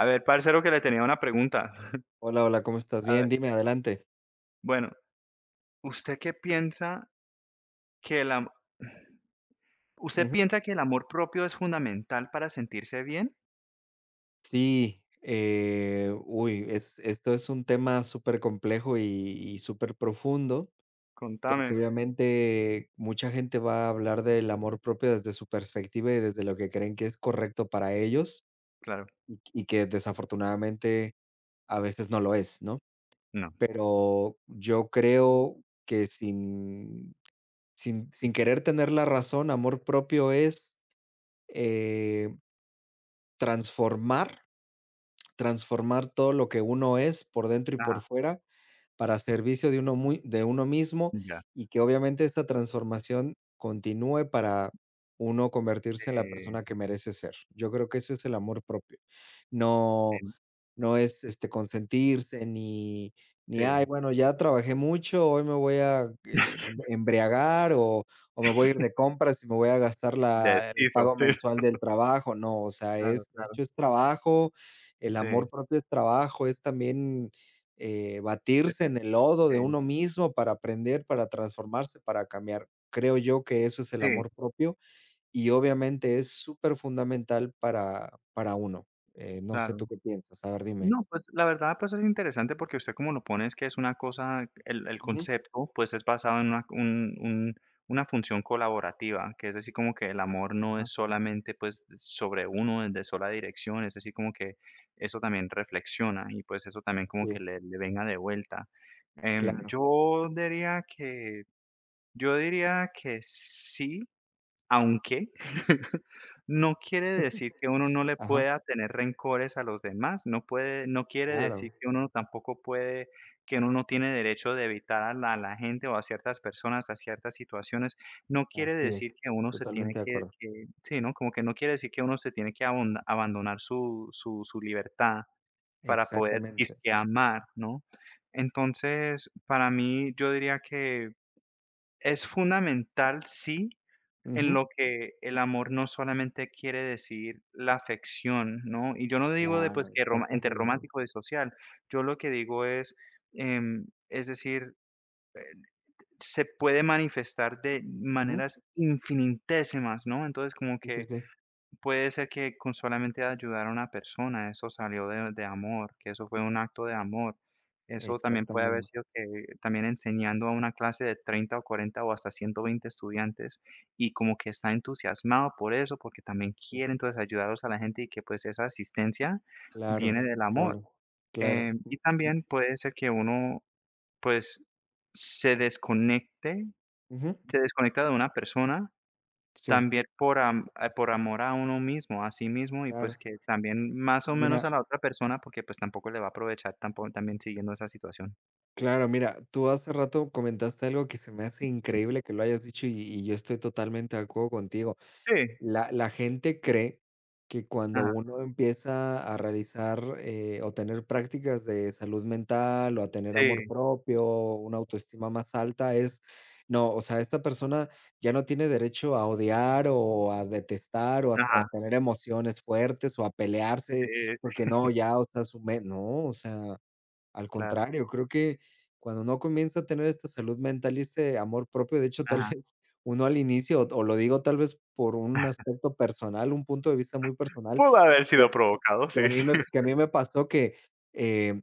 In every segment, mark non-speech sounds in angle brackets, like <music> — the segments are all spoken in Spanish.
A ver, parcero, que le tenía una pregunta. <laughs> Hola, hola, ¿cómo estás? A Bien, ver, dime, adelante. bueno, ¿usted qué piensa que el am <sighs> usted Ujú. piensa que el amor propio es fundamental para sentirse bien? Sí, uy, esto es un tema súper complejo y súper profundo, Contame. porque obviamente mucha gente va a hablar del amor propio desde su perspectiva y desde lo que creen que es correcto para ellos Claro, y que desafortunadamente a veces no lo es, ¿no? no. Pero yo creo que sin querer tener la razón, amor propio es eh, transformar Transformar todo lo que uno es por dentro y Ajá, por fuera para servicio de uno muy de uno mismo, ya. y que obviamente esta transformación continúe para uno convertirse en la Eh, persona que merece ser. Yo creo que eso es el amor propio. No en no es, consentirse, ni: "Ay, sí. bueno, ya trabajé mucho, hoy me voy a, <laughs> embriagar, o me voy a ir de compras y me voy a gastar la el Deshizo, pago sí, mensual del trabajo". No, o sea, claro, es, de claro. hecho, es trabajo. El Sí, amor propio es trabajo, es también, batirse eso en el lodo de sí, uno mismo para aprender, para transformarse, para cambiar. Creo yo que eso es el sí, amor propio, y obviamente es súper fundamental para uno. No sé, claro. ¿tú qué piensas? A ver, dime. No, pues, la verdad, pues, es interesante porque usted como lo pone es que es una cosa el Ujú, concepto, pues, es basado en una un una función colaborativa, que es decir, como que el amor no es ajá, solamente, pues, sobre uno de sola dirección, es decir, como que eso también reflexiona y, pues, eso también como así que es, le venga de vuelta. Claro. Yo diría que sí, aunque <laughs> no quiere decir que uno no le Ajá, pueda tener rencores a los demás, no puede no quiere decir claro, que uno tampoco puede que uno no tiene derecho de evitar a la gente o a ciertas personas, a ciertas situaciones. No quiere así decir es, que uno se tiene totalmente de que acuerdo, que sí, ¿no? Como que no quiere decir que uno se tiene que abon abandonar su libertad para poder exactamente. dizque amar, ¿no? Entonces, para mí, yo diría que es fundamental, sí, en Ujú, lo que el amor no solamente quiere decir la afección, ¿no? Y yo no digo de, pues, claro, que roma entre exactamente. romántico y social, yo lo que digo es, es decir, se puede manifestar de Ujú, maneras infinitésimas, ¿no? Entonces, como sí, sí, que sí, puede ser que con solamente ayudar a una persona, eso salió de amor, que eso fue un acto de amor. Eso también puede haber exactamente. sido que también enseñando a una clase de 30 o 40 o hasta 120 estudiantes y como que está entusiasmado por eso, porque también Sí, quiere entonces ayudarlos a la gente y que pues esa asistencia claro, viene del amor. claro, claro. Mm, Y también puede ser que uno pues se desconecte, mm, ujú, se desconecta de una persona sí, también por am por amor a uno mismo, a sí mismo, y pues claro, que también más o menos a mira. la otra persona, porque pues tampoco le va a aprovechar tampoco también siguiendo esa situación. Claro, mira, tú hace rato comentaste algo que se me hace increíble que lo hayas dicho, y yo estoy totalmente de acuerdo contigo. Sí, La gente cree que cuando ajá, uno empieza a realizar, o tener prácticas de salud mental, o a tener amor sí, propio, una autoestima más alta, es, no, o sea, esta persona ya no tiene derecho a odiar o a detestar o a, o ajá, a tener emociones fuertes o a sí, pelearse, porque no, ya, o sea, no, o sea, al claro, contrario, creo que cuando uno comienza a tener esta salud mental y ese amor propio, de hecho, <laughs> tal ajá. vez uno al inicio, o lo digo tal vez por un aspecto personal, un punto de vista muy personal, Pudo haber que a sido provocado, que a sí, mí sí. me que a mí me pasó que, eh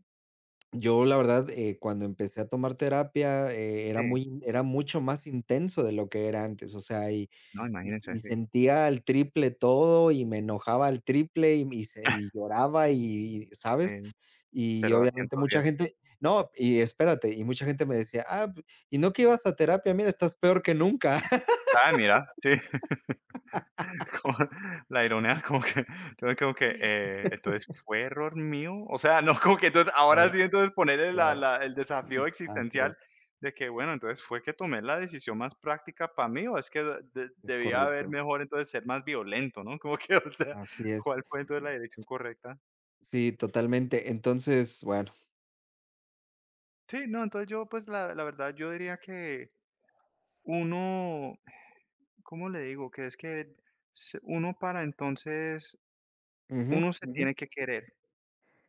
yo, la verdad, cuando empecé a tomar terapia, Sí, era mucho más intenso de lo que era antes, o sea, y no, y imagínense, y sí. sentía al triple todo, y me enojaba al triple, y <laughs> lloraba, y ¿sabes? Sí, Y 0 a obviamente ciento diez mucha gente no, y espérate, y mucha gente me decía: "Ah, p ¿y no que ibas a terapia? Mira, estás peor que nunca". <laughs> Ah, mira, sí. <laughs> Como la ironía, como que yo me quedo que, entonces, ¿fue error mío? O sea, no, como que entonces ahora Claro, sí, entonces ponerle la claro. la el Mm, desafío así existencial de que, bueno, entonces, ¿fue que tomé la decisión más práctica para mí o es que es debía haber correcto, mejor, entonces, ser más violento, ¿no? <laughs> Como que, o sea, así es. ¿cuál fue entonces la dirección correcta? Sí, totalmente. Entonces, bueno, Sí, no, entonces yo, pues, la verdad, yo diría que uno, ¿cómo le digo? Que es que se uno para entonces, ujú, uno se ujú, tiene que querer.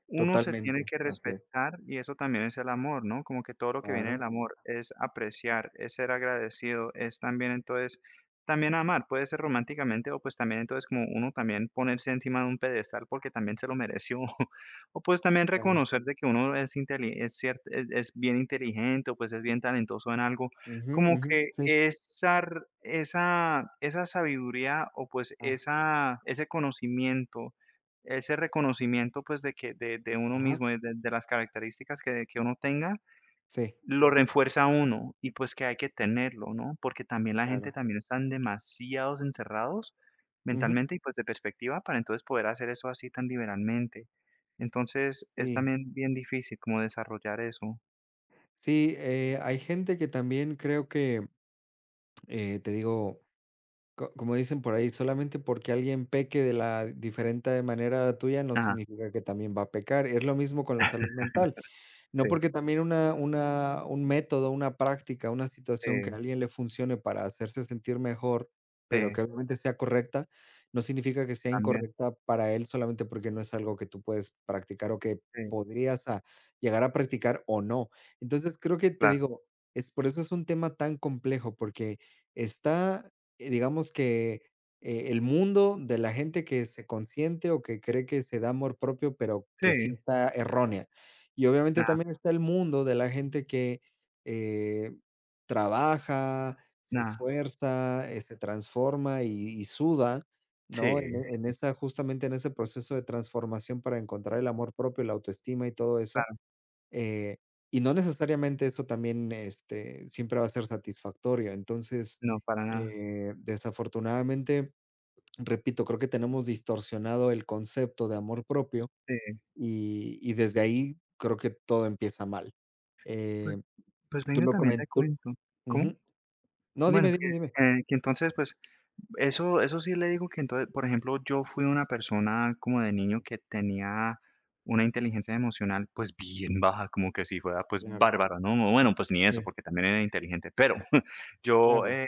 Uno se tiene totalmente, que así es. respetar y eso también es el amor, ¿no? Como que todo lo que viene del Claro, amor es apreciar, es ser agradecido, es también entonces, también amar, puede ser románticamente o pues también entonces como uno también ponerse encima de un pedestal porque también se lo mereció <laughs> o pues también claro. reconocer de que uno es inteli es cier es bien inteligente o pues es bien talentoso en algo, Ujú, como ujú, que sí. esa sabiduría o pues Ah, esa ese conocimiento ese reconocimiento, pues, de que de uno ajá, mismo, de las características que uno tenga, sí, lo refuerza a uno y, pues, que hay que tenerlo, ¿no? Porque también la gente claro. también están demasiados encerrados Ujú, mentalmente y, pues, de perspectiva para entonces poder hacer eso así tan liberalmente. Entonces, es sí. también bien difícil como desarrollar eso. Sí, hay gente que también creo que, te digo, co como dicen por ahí, solamente porque alguien peque de la diferente manera a la tuya, no Ajá, significa que también va a pecar. Es lo mismo con la salud mental. No sí, porque también una un método, una práctica, una situación que a sí, alguien le funcione para hacerse sentir mejor, pero que sí, obviamente sea correcta, no significa que sea también, incorrecta para él solamente porque no es algo que tú puedes practicar o que sí, podrías a llegar a practicar o no. Entonces, creo que te claro. digo, es por eso es un tema tan complejo, porque está, digamos que, el mundo de la gente que se consiente o que cree que se da amor propio, pero Sí, que sí está errónea. Y obviamente ajá, también está el mundo de la gente que, eh, trabaja, se nada, esfuerza, se transforma y, suda, ¿no? Sí, En esa, justamente en ese proceso de transformación para encontrar el amor propio, la autoestima y todo eso. claro, Eh, y no necesariamente eso también, siempre va a ser satisfactorio. Entonces, no, para nada. Desafortunadamente, repito, creo que tenemos distorsionado el concepto de amor propio, Sí, y desde ahí creo que todo empieza mal. pues Eh, pues tú venga, lo también te comentas. cuento. ¿Cómo? No, Bueno, dime, dime, dime. Que entonces, pues, eso sí le digo que entonces, por ejemplo, yo fui una persona como de niño que tenía una inteligencia emocional, pues, bien baja, como que si fuera, pues, Claro. bárbara, ¿no? O bueno, pues, ni eso, Sí, porque también era inteligente, pero <laughs> yo, claro.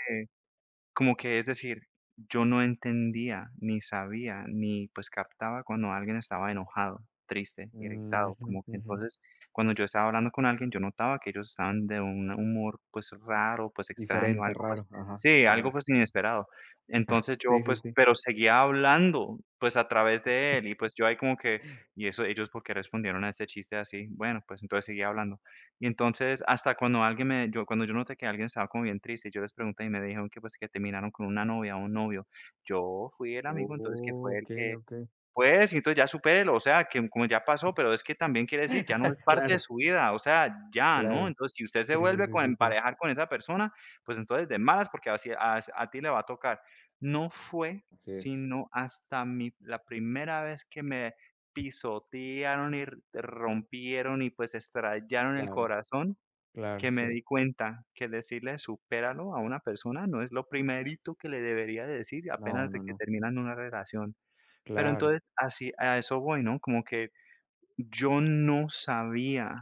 como que, es decir, yo no entendía, ni sabía, ni, pues, captaba cuando alguien estaba enojado, triste, Mm, irritado, ujú, como que ujú. entonces, cuando yo estaba hablando con alguien, yo notaba que ellos estaban de un humor, pues, raro, pues, extraño, Diferente, algo, pues raro, ajá, sí, algo, claro. pues, inesperado. Entonces yo, Sí, sí, pues, sí. pero seguía hablando, pues, a través de él, y, pues, yo ahí como que, ¿y eso ellos porque respondieron a este chiste así? Bueno, pues, entonces seguía hablando. Y entonces, hasta cuando alguien me yo cuando yo noté que alguien estaba como bien triste, yo les pregunté y me dijeron que, pues, que terminaron con una novia o un novio. Yo fui el amigo, entonces, que Oh, fue el okey, que okey. pues, y entonces ya supérelo, o sea, que como ya pasó, pero es que también quiere decir, ya no es <laughs> parte de Claro. su vida, o sea, ya, ¿no? Claro. Entonces, si usted se Sí, sí, vuelve sí, con sí, sí. emparejar con esa persona, pues entonces de malas, porque así as a ti le va a tocar. No fue Así es. sino hasta mi la primera vez que me pisotearon y r rompieron y, pues, estrellaron el Claro. corazón, Claro, que me sí. di cuenta que decirle supéralo a una persona no es lo primerito que le debería decir No, apenas de no, que no. terminan una relación. Pero Claro. entonces, así, a eso voy, ¿no? Como que yo no sabía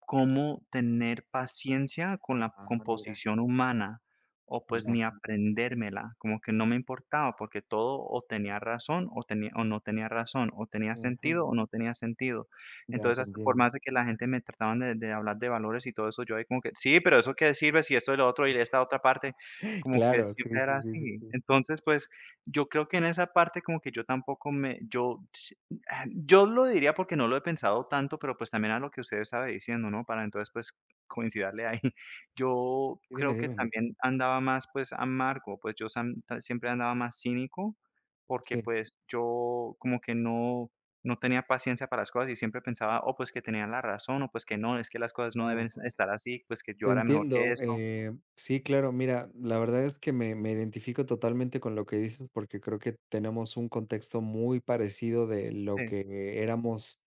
cómo tener paciencia con la Ah, mira. composición humana o pues ni Ya. aprendérmela, como que no me importaba porque todo o tenía razón o tenía o no tenía razón, o tenía Ujú. sentido o no tenía sentido. Ya Entonces, te hasta por entiendo. más de que la gente me trataban de hablar de valores y todo eso, yo ahí como que: "Sí, pero eso qué sirve si esto y lo otro y esta otra parte", <laughs> como que Claro. Sí, siempre era sí, sí, sí, así. sí. Entonces, pues, yo creo que en esa parte como que yo tampoco me yo Ah, yo lo diría porque no lo he pensado tanto, pero, pues, también a lo que usted estaba diciendo, ¿no? Para entonces, pues, coincidirle ahí. <laughs> Yo Sí. creo Dime, que dime. también andaba más, pues, amargo, pues, yo sam ta siempre andaba más cínico, porque, Sí. pues, yo como que no no tenía paciencia para las cosas y siempre pensaba, oh pues, que tenían la razón, o, pues, que no, es que las cosas no deben Claro. estar así, pues, que yo Te era mejor que entiendo. eso. Sí, claro, mira, la verdad es que me identifico totalmente con lo que dices porque creo que tenemos un contexto muy parecido de lo Sí, que éramos,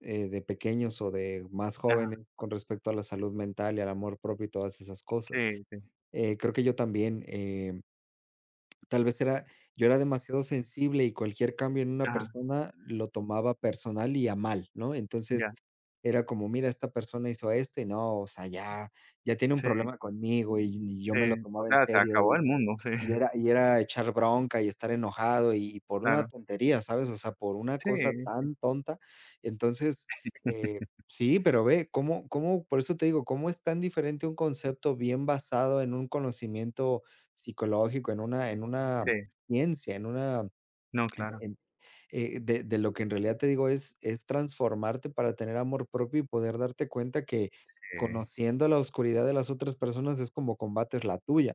de pequeños o de más ajá, jóvenes, con respecto a la salud mental y al amor propio y todas esas sí, cosas. sí, Creo que yo también. Tal vez era yo era demasiado sensible y cualquier cambio en una ajá, persona lo tomaba personal y a mal, ¿no? ya, Entonces, era como: "Mira, esta persona hizo esto y no, o sea, ya ya tiene un sí, problema conmigo", y yo sí, me lo o tomaba en sea, se serio, acabó el mundo, sí, y <laughs> era echar bronca y estar enojado y por una claro, tontería, ¿sabes? O sea, por una sí, cosa tan tonta. Entonces, sí, pero ve cómo, por eso te digo, cómo es tan diferente un concepto bien basado en un conocimiento psicológico, en una sí. ciencia, en una No, claro, en de lo que en realidad te digo es, transformarte para tener amor propio y poder darte cuenta que, eh, conociendo la oscuridad de las otras personas, es como combates la tuya.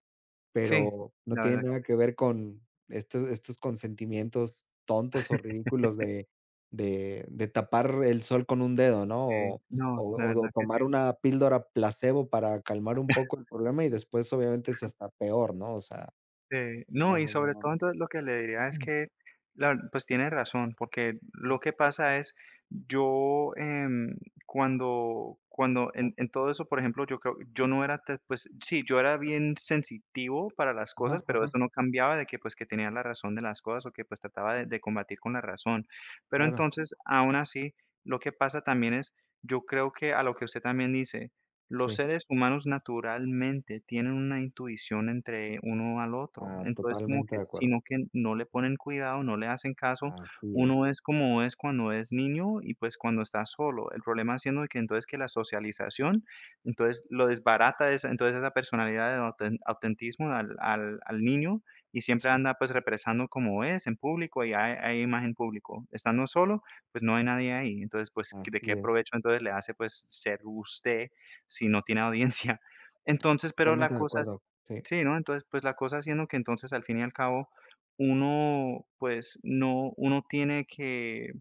sí, Pero no la verdad tiene nada que ver con estos consentimientos tontos o ridículos de tapar el sol con un dedo, ¿no? que O no, la verdad o que tomar sí. una píldora placebo para calmar un poco <laughs> el problema y después obviamente es hasta peor, ¿no? O sea, no, no, y no, no, sobre no, todo, no. entonces, lo que le diría es Mm. que la pues, tiene razón, porque Sí, lo que pasa es, yo, cuando en ajá, en todo eso, por ejemplo, yo creo yo no era te pues, sí, yo era bien sensitivo para las cosas, ajá, pero ajá, eso no cambiaba de que, pues, que tenía la razón de las cosas, o que, pues, trataba de combatir con la razón. Pero claro, entonces, aún así, lo que pasa también es, yo creo que a lo que usted también dice, los sí. seres humanos naturalmente tienen una intuición entre uno al otro, Ah, entonces como totalmente que, de acuerdo. sino que no le ponen cuidado, no le hacen caso, Así es. uno es como es cuando es niño y pues cuando está solo, el problema siendo de que entonces que la socialización, entonces lo desbarata esa entonces esa personalidad de autentismo al niño y siempre Sí, anda, pues, represando como es en público y hay imagen público, estando solo, pues, no hay nadie ahí, entonces, pues, ¿de qué así es. provecho entonces le hace, pues, ser usted si no tiene <laughs> audiencia? Entonces, pero la Totalmente de cosa es acuerdo. Sí, sí, ¿no? Entonces, pues, la cosa siendo que entonces, al fin y al cabo, uno, pues, no uno tiene que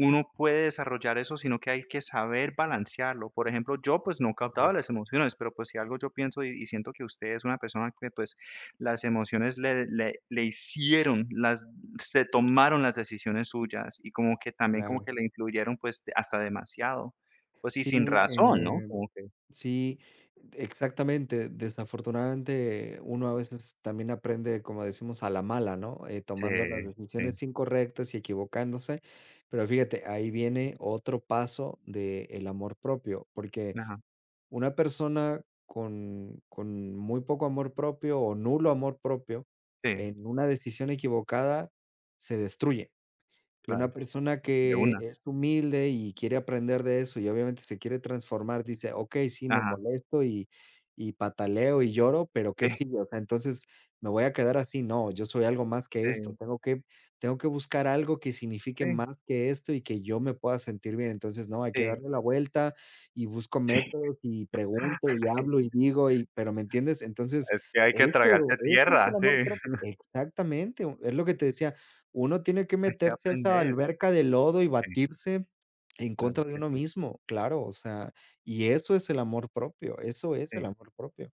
uno puede desarrollar eso, sino que hay que saber balancearlo. Por ejemplo, yo, pues, no captaba las correcto, emociones, pero, pues, si algo yo pienso y siento que usted es una persona que, pues, las emociones le hicieron las se tomaron las decisiones suyas y como que también como claro. que le influyeron, pues, hasta demasiado. Pues, y Sí, sin razón, ¿no? Como que sí, exactamente. Desafortunadamente, uno a veces también aprende, como decimos, a la mala, ¿no? Sí, Tomando las sí, decisiones incorrectas y equivocándose. Pero fíjate, ahí viene otro paso del amor propio, porque ajá, una persona con, muy poco amor propio o nulo amor propio, sí, en una decisión equivocada, se destruye. Y una claro, persona de que una, es humilde y quiere aprender de eso, y obviamente se quiere transformar, dice: "Okey, sí, me ajá, molesto y pataleo y lloro, pero ¿qué sí, sigue? O sea, entonces, ¿me voy a quedar así? No, yo soy algo más que esto. sí, Tengo que buscar algo que signifique sí, más que esto y que yo me pueda sentir bien. Entonces, no, hay que sí, darle la vuelta y busco sí. métodos y pregunto y hablo <laughs> y digo y", pero, ¿me entiendes? Entonces, Es que hay que eso tragarse eso es tierra, el sí, amor propio. Exactamente, es lo que te decía. Uno tiene que hay que meterse a esa aprender, alberca de lodo y sí, batirse en la verdad contra de que uno sí, mismo, claro, o sea, y eso es el amor propio, eso es el sí, amor propio.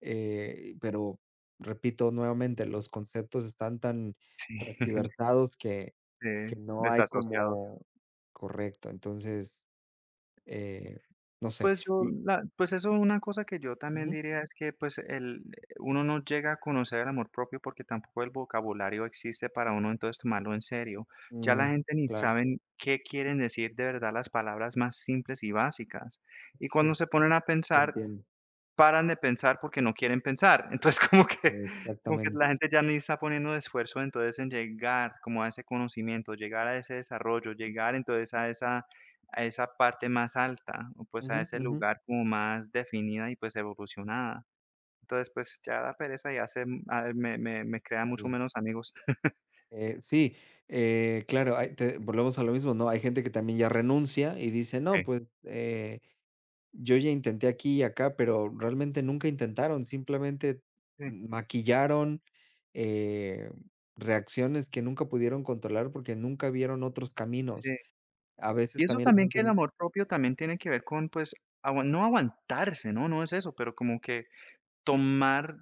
Pero repito nuevamente, los conceptos están tan sí, <laughs> transquiversados que sí, no hay desasociados. como correcto. Entonces, eh, no sé. Pues yo Y la pues eso es una cosa que yo también ujú, diría es que, pues, el uno no llega a conocer el amor propio porque tampoco el vocabulario existe para uno entonces tomarlo en serio. Ya la mm, gente ni claro. saben qué quieren decir de verdad las palabras más simples y básicas. Y cuando Sí. se ponen a Te pensar, entiendo, paran de pensar porque no quieren pensar. Entonces, <laughs> como que la exactamente. gente ya ni está poniendo esfuerzo, entonces, en llegar como a ese conocimiento, llegar a ese desarrollo, llegar entonces a esa parte más alta, o pues a Ujú, ese ujú, lugar como más definida y pues evolucionada. Entonces, pues ya da pereza y hace a me crea mucho sí. menos amigos. <laughs> Sí, claro, hay te volvemos a lo mismo, ¿no? Hay gente que también ya renuncia y dice, no, Sí. pues, yo ya intenté aquí y acá, pero realmente nunca intentaron, simplemente Sí, maquillaron, eh, reacciones que nunca pudieron controlar porque nunca vieron otros sí. caminos. A Y veces eso también también que el amor propio también tiene que ver con, pues, agua no aguantarse, no, no es eso, pero como que tomar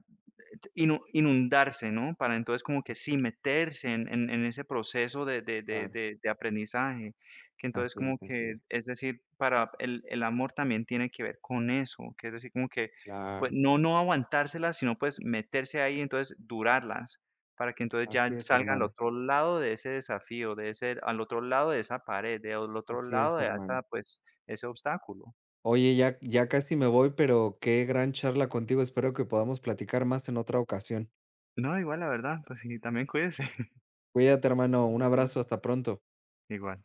inundarse, ¿no? Para entonces como que sí, meterse en ese proceso de de de Claro, de de aprendizaje, que entonces como así que, es, es decir, para el amor también tiene que ver con eso, que es decir, como que, pues, claro, no no aguantárselas, sino, pues, meterse ahí, entonces durarlas, para que entonces ya así es, salga al hermano, otro lado de ese desafío, de ese al otro lado de esa pared, de al otro así lado es, de esa, hermano. pues, ese obstáculo. Oye, ya, ya casi me voy, pero qué gran charla contigo. Espero que podamos platicar más en otra ocasión. No, igual, la verdad, pues sí, también cuídese. <laughs> Cuídate, hermano. Un abrazo. Hasta pronto. Igual.